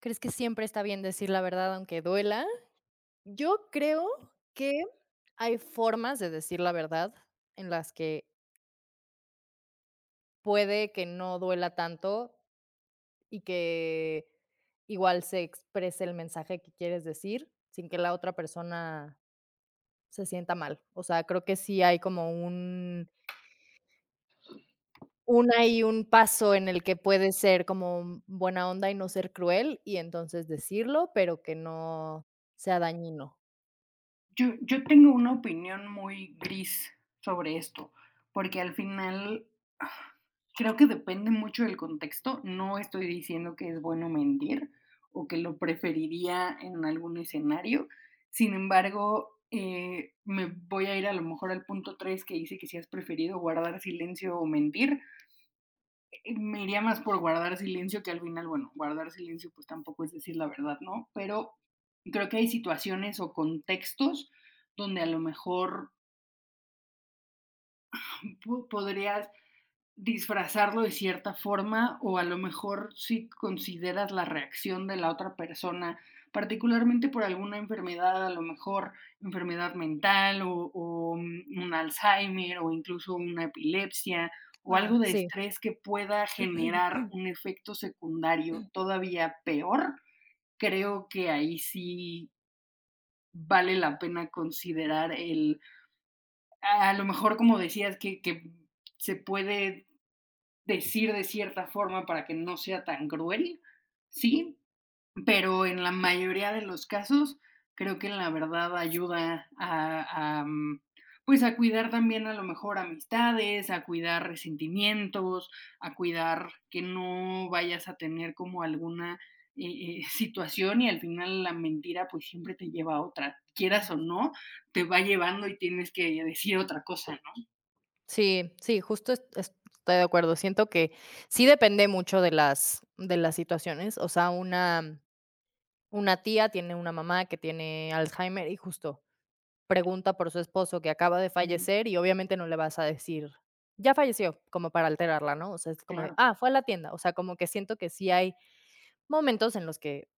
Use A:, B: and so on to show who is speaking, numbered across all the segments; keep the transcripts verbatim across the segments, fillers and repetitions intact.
A: ¿Crees que siempre está bien decir la verdad aunque duela? Yo creo que hay formas de decir la verdad en las que puede que no duela tanto y que igual se exprese el mensaje que quieres decir sin que la otra persona se sienta mal. O sea, creo que sí hay como un un ahí un paso en el que puede ser como buena onda y no ser cruel, y entonces decirlo, pero que no sea dañino.
B: Yo yo tengo una opinión muy gris sobre esto, porque al final ah, creo que depende mucho del contexto. No estoy diciendo que es bueno mentir o que lo preferiría en algún escenario. Sin embargo, eh, me voy a ir a lo mejor al punto tres que dice que si has preferido guardar silencio o mentir, me iría más por guardar silencio, que al final, bueno, guardar silencio pues tampoco es decir la verdad, ¿no? Pero creo que hay situaciones o contextos donde a lo mejor podrías disfrazarlo de cierta forma o a lo mejor si consideras la reacción de la otra persona, particularmente por alguna enfermedad, a lo mejor enfermedad mental o, o mm, un Alzheimer o incluso una epilepsia o
A: Ah,
B: algo de
A: sí.
B: estrés que pueda generar un efecto secundario todavía peor, creo que ahí sí vale la pena considerar el, a lo mejor como decías, que, que se puede decir de cierta forma para que no sea tan cruel, sí, pero en la mayoría de los casos creo que la verdad ayuda a, a mm, pues a cuidar también a lo mejor amistades, a cuidar resentimientos, a cuidar que no vayas a tener como alguna eh, eh, situación y al final la mentira pues siempre te lleva a otra, quieras o no, te va llevando y tienes que decir otra cosa, ¿no?
A: Sí, sí, justo est- estoy de acuerdo. Siento que sí depende mucho de las, de las situaciones. O sea, una, una tía tiene una mamá que tiene Alzheimer y justo pregunta por su esposo que acaba de
B: Mm,
A: fallecer y obviamente no le vas a decir, ya falleció, como para alterarla, ¿no? O sea, es como de,
B: claro.
A: ah, fue a la tienda. O sea, como que siento que sí hay momentos en los que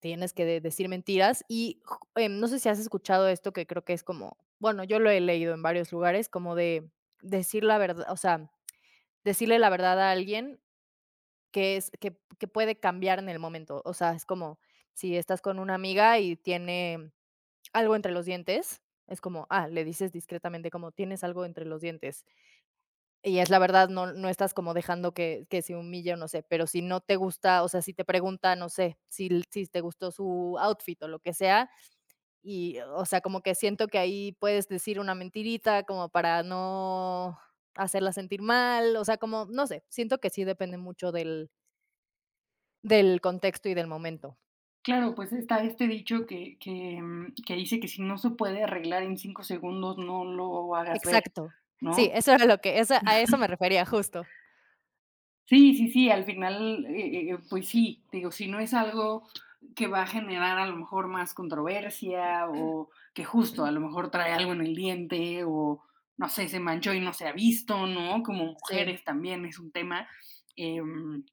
A: tienes que de- decir mentiras y ju- em, no sé si has escuchado esto que creo que es como, bueno, yo lo he leído en varios lugares, como de decir la verdad, o sea. Decirle la verdad a alguien que es que que puede cambiar en el momento. O sea, es como si estás con una amiga y tiene algo entre los dientes, es como, ah, le dices discretamente como: "Tienes algo entre los dientes", y es la verdad, no no estás como dejando que que se humille o no sé, pero si no te gusta, o sea, si te pregunta, no sé, si si te gustó su outfit o lo que sea, y, o sea, como que siento que ahí puedes decir una mentirita como para no hacerla sentir mal, o sea, como, no sé, siento que sí depende mucho del del contexto y del momento.
B: Claro, pues está este dicho que que, mm, que dice que si no se puede arreglar en cinco segundos, no lo hagas ver,
A: Exacto. Sí,
B: ¿no?
A: eso era lo que eso a eso me refería, justo.
B: Sí, sí, sí, al final, eh eh, pues sí, digo, si no es algo que va a generar a lo mejor más controversia o que justo a lo mejor trae algo en el diente o, no sé, se manchó y no se ha visto, ¿no? Como
A: Sí,
B: mujeres también es un tema, em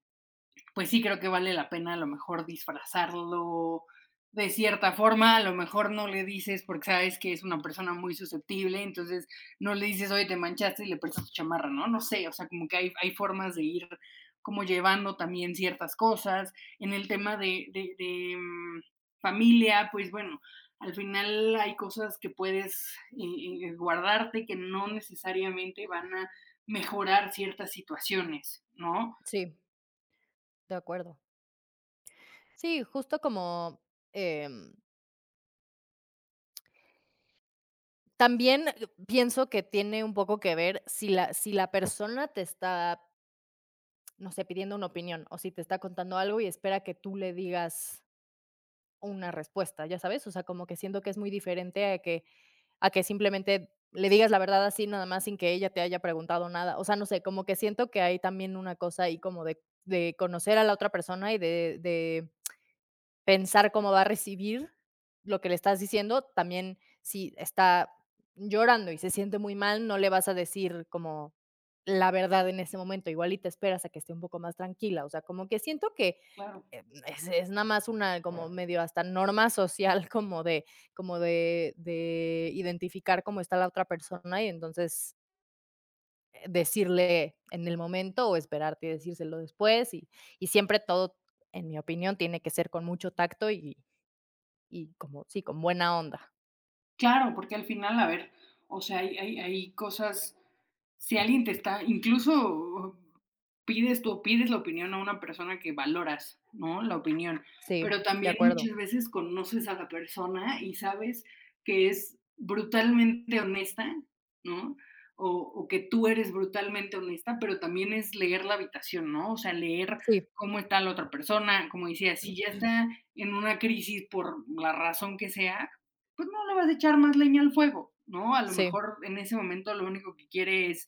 B: pues sí creo que vale la pena a lo mejor disfrazarlo de cierta forma, a lo mejor no le dices porque sabes que es una persona muy susceptible, entonces no le dices, oye, te manchaste y le prestas tu chamarra, ¿no? No sé, o sea, como que hay, hay formas de ir como llevando también ciertas cosas. En el tema de, de, de mm, familia, pues bueno, al final hay cosas que puedes eh, eh, guardarte que no necesariamente van a mejorar ciertas situaciones, ¿no?
A: sí, de acuerdo. Sí, justo como, em, también eh, pienso que tiene un poco que ver si la si la persona te está, no sé, pidiendo una opinión o si te está contando algo y espera que tú le digas una respuesta, ¿ya sabes? O sea, como que siento que es muy diferente a que a que simplemente le digas la verdad así nada más sin que ella te haya preguntado nada. O sea, no sé, como que siento que hay también una cosa ahí como de de conocer a la otra persona y de de pensar cómo va a recibir lo que le estás diciendo. También, si está llorando y se siente muy mal, no le vas a decir como la verdad en ese momento, igual y te esperas a que esté un poco más tranquila. O sea, como que siento que
B: Claro.
A: eh, es, es nada más una como medio hasta norma social como de como de de identificar cómo está la otra persona y entonces, eh, decirle en el momento o esperarte y decírselo después y y siempre todo, en mi opinión, tiene que ser con mucho tacto y y como sí, con buena onda.
B: Claro, porque al final, a ver, o sea, hay, hay, hay cosas si alguien te está, incluso pides tú pides la opinión a una persona que valoras, ¿no? La opinión,
A: Sí,
B: pero
A: de
B: también
A: acuerdo.
B: muchas veces conoces a la persona y sabes que es brutalmente honesta, ¿no? O o que tú eres brutalmente honesta, pero también es leer la habitación, ¿no? O sea, leer
A: Sí,
B: cómo está la otra persona, como decía, si ya está en una crisis por la razón que sea, pues no le vas a echar más leña al fuego, ¿no? A lo
A: sí,
B: mejor en ese momento lo único que quiere es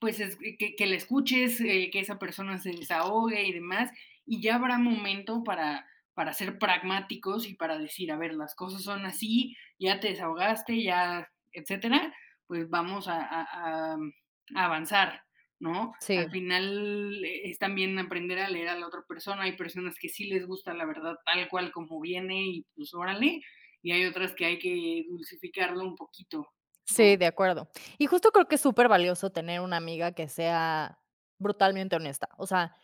B: pues es, que, que la escuches, eh, que esa persona se desahogue y demás, y ya habrá momento para, para ser pragmáticos y para decir, a ver, las cosas son así, ya te desahogaste, ya, etcétera, pues vamos a, a- a- a avanzar, ¿no? Al
A: sí,
B: final eh, es también aprender a leer a la otra persona. Hay personas que sí les gusta la verdad tal cual como viene y pues órale, y hay otras que hay que dulcificarlo un poquito,
A: sí,
B: ¿no?
A: de acuerdo. Y justo creo que es súper valioso tener una amiga que sea brutalmente honesta. O sea,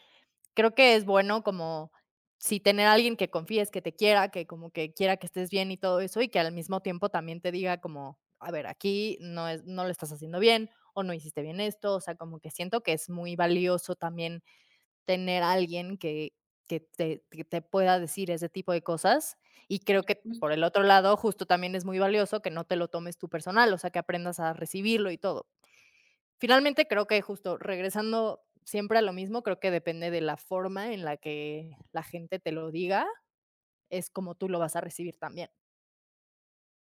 A: creo que es bueno como si tener a alguien que confíes, que te quiera, que como que quiera que estés bien y todo eso, y que al mismo tiempo también te diga como, a ver, aquí no es, no lo estás haciendo bien o no hiciste bien esto, o sea, como que siento que es muy valioso también tener a alguien que, que te, que te pueda decir ese tipo de cosas y creo
B: Por
A: que por
B: supuesto.
A: el otro lado justo también es muy valioso que no te lo tomes tú personal, o sea, que aprendas a recibirlo y todo. Finalmente, creo que justo regresando siempre a lo mismo, creo que depende de la forma en la que la gente te lo diga, es como tú lo vas a recibir también.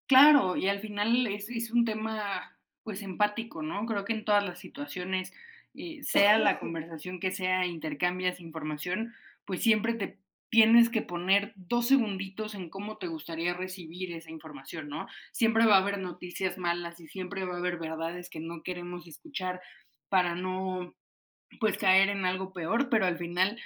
B: Claro, y al final es es un tema, pues, empático, ¿no? Creo que en todas las situaciones, eh, sea la conversación que sea, intercambias información, pues, siempre te tienes que poner dos segunditos en cómo te gustaría recibir esa información, ¿no? Siempre va a haber noticias malas y siempre va a haber verdades que no queremos escuchar para no, pues, caer en algo peor, pero al final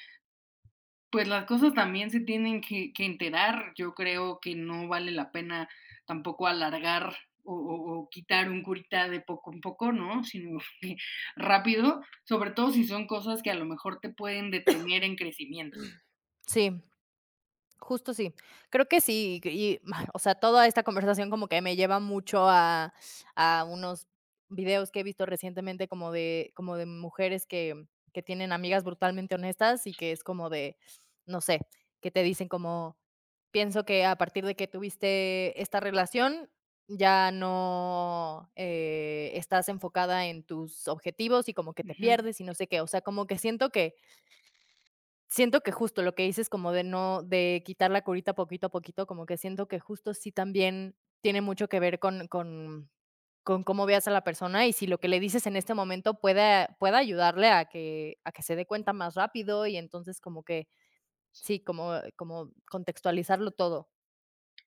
B: pues las cosas también se tienen que que enterar. Yo creo que no vale la pena tampoco alargar o o o quitar un curita de poco en poco, ¿no? Sino que rápido, sobre todo si son cosas que a lo mejor te pueden detener en crecimiento.
A: Sí. Justo sí. Creo que sí, y, ma, o sea, toda esta conversación como que me lleva mucho a a unos videos que he visto recientemente como de como de mujeres que que tienen amigas brutalmente honestas y que es como de, no sé, que te dicen como: "Pienso que a partir de que tuviste esta relación, ya no, eh, estás enfocada en tus objetivos y como que te
B: Ujú.
A: pierdes y no sé qué". O sea, como que siento que siento que justo lo que dices como de no de quitar la curita poquito a poquito, como que siento que justo sí también tiene mucho que ver con con con cómo veas a la persona y si lo que le dices en este momento puede pueda ayudarle a que a que se dé cuenta más rápido y entonces como que sí, como como contextualizarlo todo.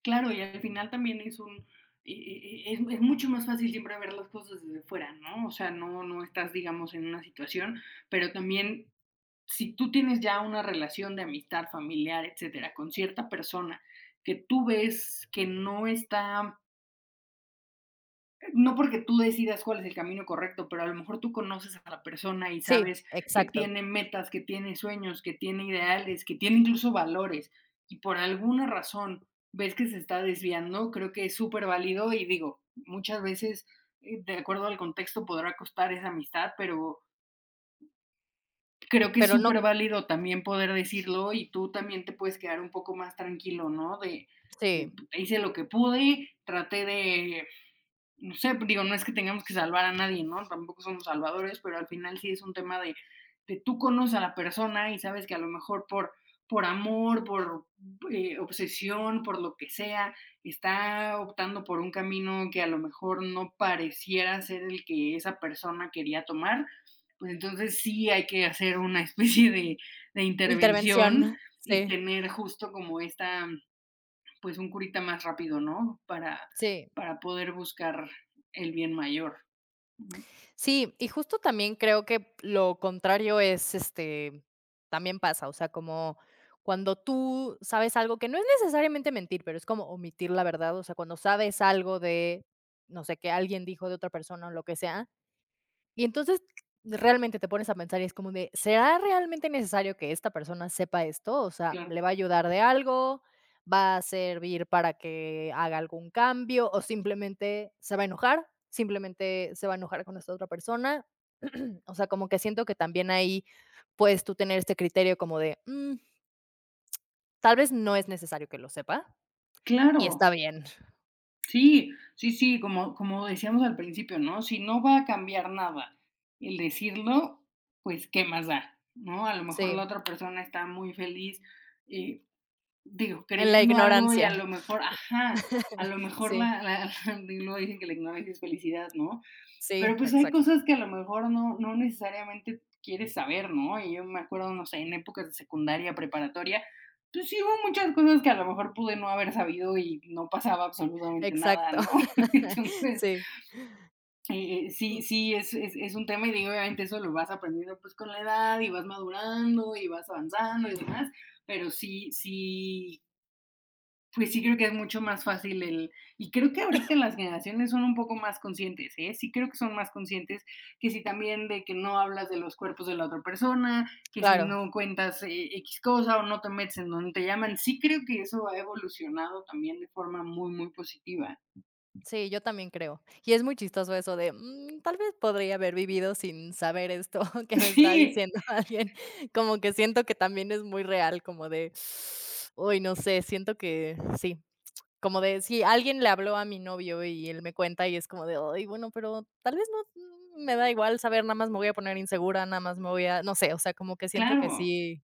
B: Claro, y al final también es un e e e es es mucho más fácil siempre ver las cosas desde fuera, ¿no? O sea, no no estás, digamos, en una situación, pero también si tú tienes ya una relación de amistad familiar, etcétera, con cierta persona que tú ves que no está, no porque tú decidas cuál es el camino correcto, pero a lo mejor tú conoces a la persona y
A: Sí,
B: sabes que
A: exacto,
B: tiene metas, que tiene sueños, que tiene ideales, que tiene incluso valores, y por alguna razón ves que se está desviando, creo que es súper válido y digo, muchas veces, eh, de acuerdo al contexto, podrá costar esa amistad, pero creo que es
A: pero no
B: súper válido también poder decirlo, y tú también te puedes quedar un poco más tranquilo, ¿no? De
A: sí,
B: de, hice lo que pude, traté de no sé, pues, digo, no es que tengamos que salvar a nadie, ¿no? Tampoco somos salvadores, pero al final sí es un tema de, de tú conoces a la persona y sabes que a lo mejor por, por amor, por eh, obsesión, por lo que sea, está optando por un camino que a lo mejor no pareciera ser el que esa persona quería tomar, pues entonces sí hay que hacer una especie de, de intervención
A: intervención,
B: y
A: sí,
B: tener justo como esta pues un curita más rápido, ¿no? Para,
A: sí.
B: para poder buscar el bien mayor, ¿no?
A: Sí, y justo también creo que lo contrario es, este, también pasa, o sea, como cuando tú sabes algo que no es necesariamente mentir, pero es como omitir la verdad, o sea, cuando sabes algo de, no sé, que alguien dijo de otra persona o lo que sea, y entonces realmente te pones a pensar y es como de, ¿será realmente necesario que esta persona sepa esto? O sea,
B: Claro.
A: ¿le va a ayudar de algo? ¿Va a servir para que haga algún cambio? ¿O simplemente se va a enojar? ¿Simplemente se va a enojar con esta otra persona? O sea, como que siento que también ahí puedes tú tener este criterio como de, "Mm, tal vez no es necesario que lo sepa y
B: Claro,
A: está bien".
B: sí, sí, sí, como, como decíamos al principio, ¿no? Si no va a cambiar nada el decirlo, pues qué más da, ¿no? A lo mejor la
A: Sí,
B: otra persona está muy feliz, eh, digo,
A: en la
B: creyendo algo y a
A: ignorancia.
B: lo mejor, ajá, a lo mejor
A: Sí,
B: la, la, la- luego dicen que la ignorancia es felicidad, ¿no?
A: sí,
B: Pero, pues, hay
A: exacto,
B: cosas que a lo mejor no no necesariamente quieres saber, ¿no? Y yo me acuerdo, no sé, en épocas de secundaria, preparatoria, pues, sí hubo muchas cosas que a lo mejor pude no haber sabido y no pasaba absolutamente nada,
A: exacto.
B: ¿no? Entonces,
A: Sí.
B: eh, eh, sí sí es es es un tema, y digo, obviamente eso lo vas aprendiendo, pues, con la edad, y vas madurando, y vas avanzando y demás, pero sí sí pues sí creo que es mucho más fácil el y creo que ahorita las generaciones son un poco más conscientes, ¿eh? Sí creo que son más conscientes, que si también de que no hablas de los cuerpos de la otra persona, que si
A: Claro,
B: no cuentas, eh, X cosa o no te metes en donde te llaman. Sí creo que eso ha evolucionado también de forma muy, muy positiva.
A: sí, yo también creo. Y es muy chistoso eso de, mm, tal vez podría haber vivido sin saber esto que me está
B: Sí,
A: diciendo alguien. Como que siento que también es muy real, como de, uy, no sé, siento que sí, como de, si alguien le habló a mi novio y él me cuenta y es como de, ay, bueno, pero tal vez no, mm, me da igual saber, nada más me voy a poner insegura, nada más me voy a, no sé, o sea, como que siento que
B: claro.
A: sí.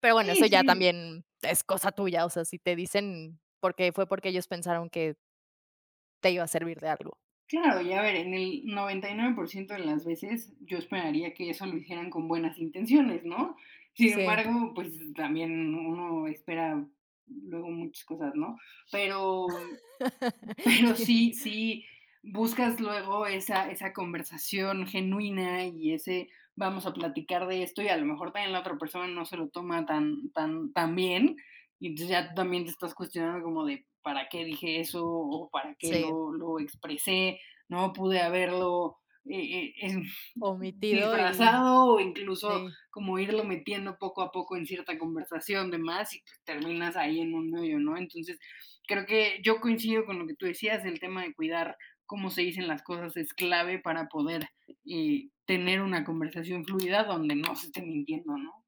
A: Pero bueno,
B: Sí,
A: eso ya
B: sí.
A: también es cosa tuya, o sea, si te dicen porque fue porque ellos pensaron que te iba a servir de algo.
B: Claro, y a ver, en el noventa y nueve por ciento de las veces yo esperaría que eso lo hicieran con buenas intenciones, ¿no? Sin
A: Sí.
B: embargo, pues también uno espera luego muchas cosas, ¿no? Pero pero
A: Sí.
B: sí, sí buscas luego esa, esa conversación genuina y ese vamos a platicar de esto y a lo mejor también la otra persona no se lo toma tan, tan, tan bien y entonces ya tú también te estás cuestionando como de para qué dije eso o para qué
A: Sí.
B: lo, lo expresé, no pude haberlo eh, eh, eh,
A: Omitido y
B: disfrazado o incluso
A: sí.
B: como irlo metiendo poco a poco en cierta conversación de más y pues terminas ahí en un medio, ¿no? Entonces creo que yo coincido con lo que tú decías, el tema de cuidar cómo se dicen las cosas es clave para poder eh, tener una conversación fluida donde no se esté mintiendo, ¿no?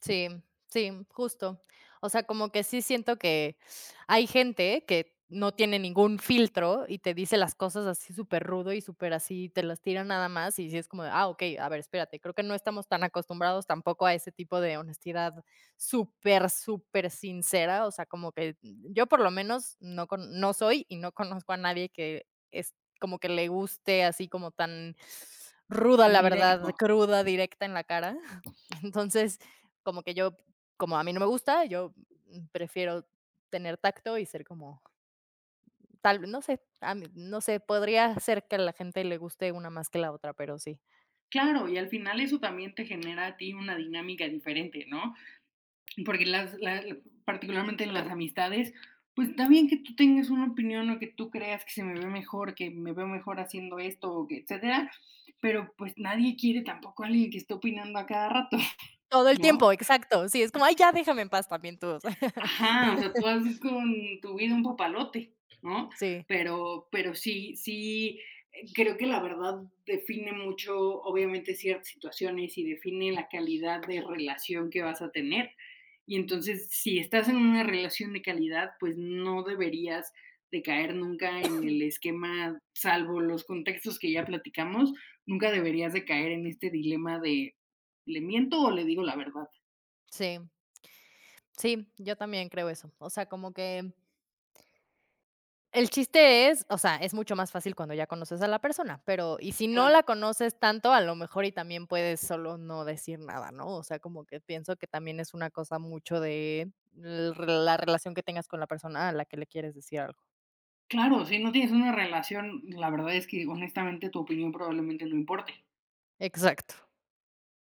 A: Sí, sí, justo. O sea, como que sí siento que hay gente que no tiene ningún filtro y te dice las cosas así súper rudo y súper así, te las tira nada más y sí es como de, ah, okey, a ver, espérate, creo que no estamos tan acostumbrados tampoco a ese tipo de honestidad súper, súper sincera. O sea, como que yo por lo menos no con no soy y no conozco a nadie que es como que le guste así como tan ruda
B: Tan
A: la
B: directo.
A: verdad, cruda, directa en la cara. Entonces, como que yo, como a mí no me gusta, yo, mm, prefiero tener tacto y ser como tal no sé, a mí no sé, podría ser que a la gente le guste una más que la otra, pero sí.
B: Claro, y al final eso también te genera a ti una dinámica diferente, ¿no? Porque las, las- particularmente en las amistades, pues también que tú tengas una opinión o que tú creas que se me ve mejor, que me veo mejor haciendo esto, o que etcétera, pero pues nadie quiere tampoco a alguien que esté opinando a cada rato,
A: Todo el
B: ¿no?
A: tiempo, exacto. Sí, es como: "Ay, ya déjame en paz también tú", o sea.
B: Ajá, o sea, tú haz con tu vida un papalote, ¿no?
A: Sí,
B: Pero pero sí sí, eh, creo que la verdad define mucho, obviamente, ciertas situaciones y define la calidad de relación que vas a tener. Y entonces, si estás en una relación de calidad, pues no deberías de caer nunca en el esquema, salvo los contextos que ya platicamos, nunca deberías de caer en este dilema de, ¿le miento o le digo la verdad?
A: sí, sí, yo también creo eso. O sea, como que el chiste es, o sea, es mucho más fácil cuando ya conoces a la persona, pero y si no la
B: Claro.
A: conoces tanto, a lo mejor y también puedes solo no decir nada, ¿no? O sea, como que pienso que también es una cosa mucho de l la relación que tengas con la persona a la que le quieres decir algo.
B: Claro, si no tienes una relación, la verdad es que honestamente tu opinión probablemente no importe.
A: Exacto.